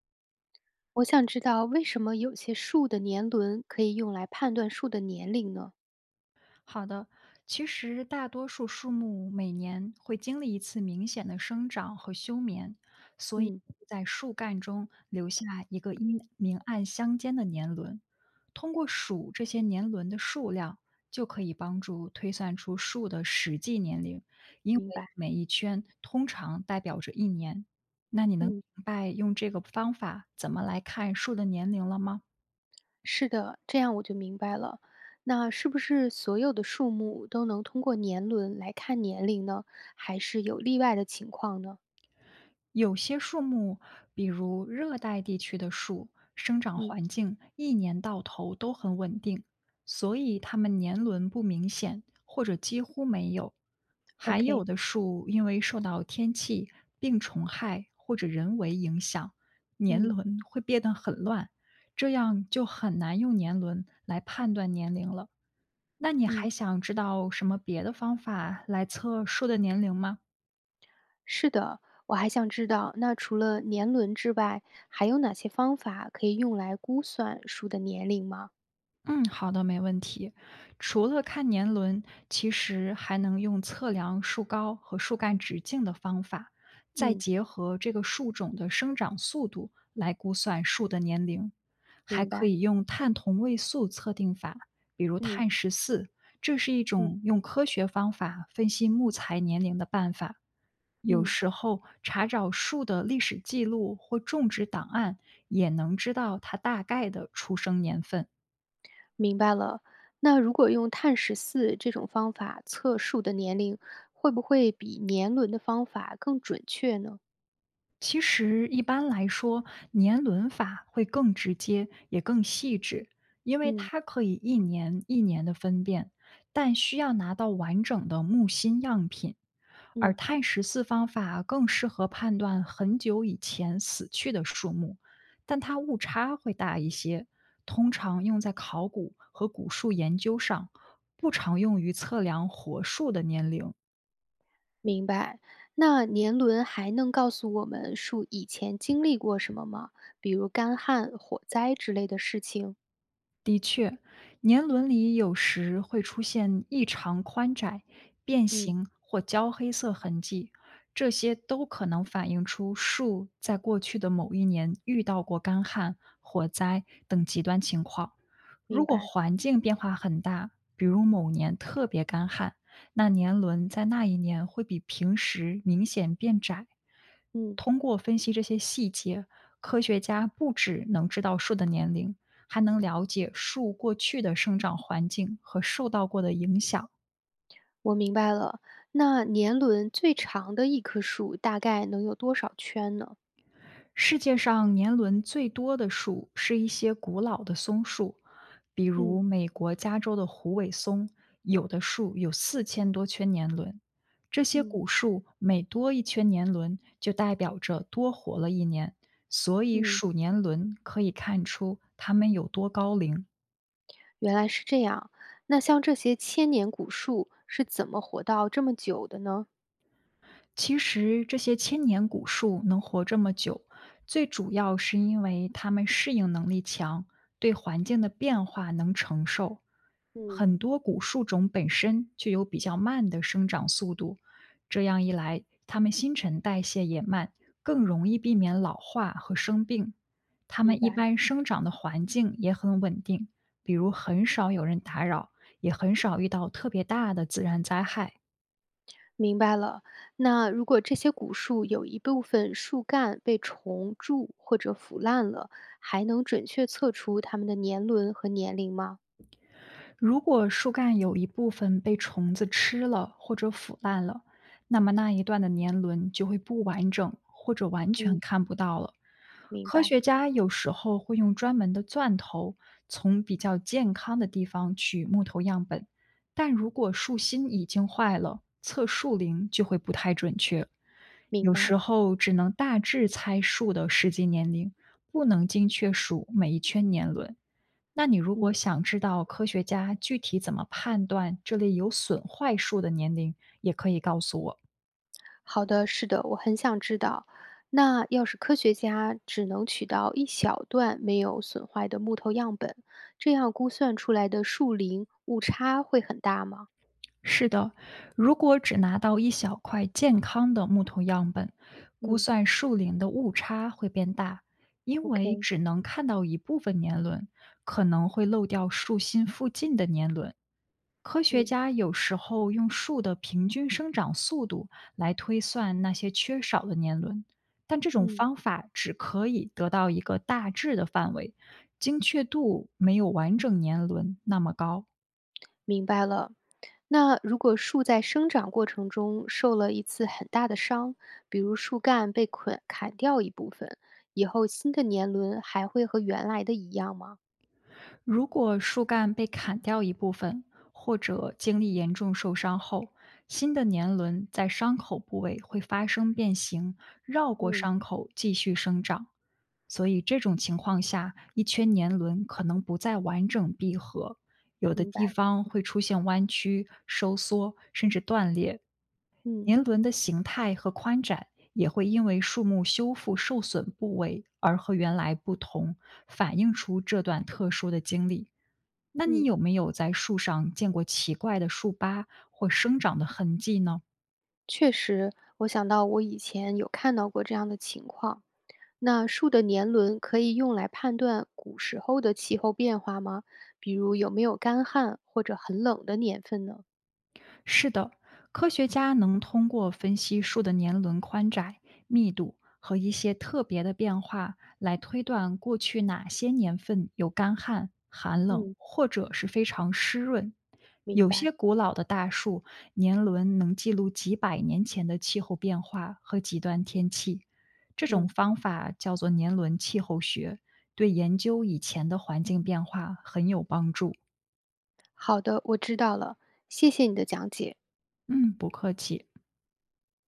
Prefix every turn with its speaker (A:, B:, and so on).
A: 我想知道为什么有些树的年轮可以用来判断树的年龄呢？
B: 好的，其实大多数树木每年会经历一次明显的生长和休眠，所以
A: 嗯，
B: 在树干中留下一个阴明暗相间的年轮。通过数这些年轮的数量，就可以帮助推算出树的实际年龄，因为
A: 明白。
B: 每一圈通常代表着一年。那你能
A: 嗯，
B: 明白用这个方法怎么来看树的年龄了吗？
A: 是的，这样我就明白了。那是不是所有的树木都能通过年轮来看年龄呢？还是有例外的情况呢？
B: 有些树木，比如热带地区的树，生长
A: 嗯
B: 环境一年到头都很稳定，所以它们年轮不明显或者几乎没有。还有
A: ，OK，
B: 的树因为受到天气、病虫害或者人为影响，年
A: 嗯
B: 轮会变得很乱，这样就很难用年轮来判断年龄了。那你
A: 嗯，
B: 还想知道什么别的方法来测树的年龄吗？
A: 是的。我还想知道，那除了年轮之外，还有哪些方法可以用来估算树的年龄吗？
B: 嗯，好的，没问题。除了看年轮，其实还能用测量树高和树干直径的方法，再
A: 嗯，
B: 结合这个树种的生长速度来估算树的年龄。还
A: 明
B: 可
A: 白。
B: 以用碳同位素测定法，比如
A: 嗯
B: 碳十四，这是一
A: 嗯
B: 种用科学方法分析木材年龄的办法。有
A: 嗯。
B: 时候查找树的历史记录或种植档案，也能知道它大概的出生年份。
A: 明白了。那如果用碳十四这种方法测树的年龄，会不会比年轮的方法更准确呢？
B: 其实一般来说，年轮法会更直接，也更细致，因为
A: 嗯
B: 它可以一年一年的分辨，但需要拿到完整的木心样品。而
A: 嗯，
B: 碳十四方法更适合判断很久以前死去的树木，但它误差会大一些，通常用在考古和古树研究上，不常用于测量活树的年龄。
A: 明白。那年轮还能告诉我们树以前经历过什么吗？比如干旱、火灾之类的事情。
B: 年轮里有时会出现异常宽窄、变
A: 嗯，
B: 形或焦黑色痕迹，这些都可能反映出树在过去的某一年遇到过干旱、火灾等极端情况。
A: 明
B: 如果
A: 白。
B: 环境变化很大，比如某年特别干旱，那年轮在那一年会比平时明显变窄，
A: 嗯，
B: 通过分析这些细节，科学家不只能知道树的年龄，还能了解树过去的生长环境和受到过的影响。
A: 我明白了。那年轮最长的一棵树大概能有多少圈呢？
B: 世界上年轮最多的树是一些古老的松树，比
A: 嗯
B: 如美国加州的虎尾松，有的树有4000多圈年轮。这些
A: 嗯
B: 古树每多一圈年轮，就代表着多活了一年，所以
A: 嗯。
B: 数年轮可以看出它们有多高龄。
A: 原来是这样，那像这些千年古树是怎么活到这么久的呢？
B: 其实这些千年古树能活这么久，最主要是因为它们适应能力强，对环境的变化能承受。
A: 嗯，
B: 很多古树种本身就有比较慢的生长速度，这样一来，它们新陈代谢也慢，更容易避免老化和生病。它
A: 明
B: 们一
A: 白。
B: 般生长的环境也很稳定，比如很少有人打扰，也很少遇到特别大的自然灾害。
A: 明白了。那如果这些古树有一部分树干被虫蛀或者腐烂了，还能准确测出它们的年轮和年龄吗？
B: 如果树干有一部分被虫子吃了或者腐烂了，那么那一段的年轮就会不完整或者完全
A: 嗯
B: 看不到了。
A: 明
B: 科
A: 白，
B: 学家有时候会用专门的钻头从比较健康的地方取木头样本，但如果树心已经坏了，测树龄就会不太准确。
A: 明
B: 有时
A: 白。
B: 候只能大致猜树的实际年龄，不能精确数每一圈年轮。那你如果
A: 嗯。
B: 想知道科学家具体怎么判断这类有损坏树的年龄，也可以告诉我。
A: 好的，是的，我很想知道。那要是科学家只能取到一小段没有损坏的木头样本，这样估算出来的树龄误差会很大吗？
B: 是的，如果只拿到一小块健康的木头样本，估
A: 嗯
B: 算树龄的误差会变大，因为
A: ，OK，
B: 只能看到一部分年轮，可能会漏掉树心附近的年轮。科学
A: 嗯
B: 家有时候用树的平均生长速度来推算那些缺少的年轮，但这种
A: 嗯，
B: 方法只可以得到一个大致的范围，精确度没有完整年轮那么高。
A: 明白了。那如果树在生长过程中受了一次很大的伤，比如树干被捆砍掉一部分，以后新的年轮还会和原来的一样吗？
B: 如果树干被砍掉一部分，或者经历严重受伤后，新的年轮在伤口部位会发生变形，绕过
A: 嗯，
B: 伤口继续生长。所以这种情况下，一圈年轮可能不再完整闭合，有的
A: 明白。
B: 地方会出现弯曲、收缩，甚至断裂。
A: 嗯
B: 年轮的形态和宽窄也会因为树木修复受损部位而和原来不同，反映出这段特殊的经历。那你
A: 嗯。
B: 有没有在树上见过奇怪的树疤或生长的痕迹呢？
A: 确实，我想到我以前有看到过这样的情况。那树的年轮可以用来判断古时候的气候变化吗？比如有没有干旱或者很冷的年份呢？
B: 是的，科学家能通过分析树的年轮宽窄、密度和一些特别的变化，来推断过去哪些年份有干旱、寒冷
A: 嗯，
B: 或者是非常湿润。
A: 明
B: 有些
A: 白。
B: 古老的大树年轮能记录几百年前的气候变化和极端天气，这种
A: 嗯。
B: 方法叫做年轮气候学，对研究以前的环境变化很有帮助。
A: 好的，我知道了，谢谢你的讲解。
B: 嗯，不客气。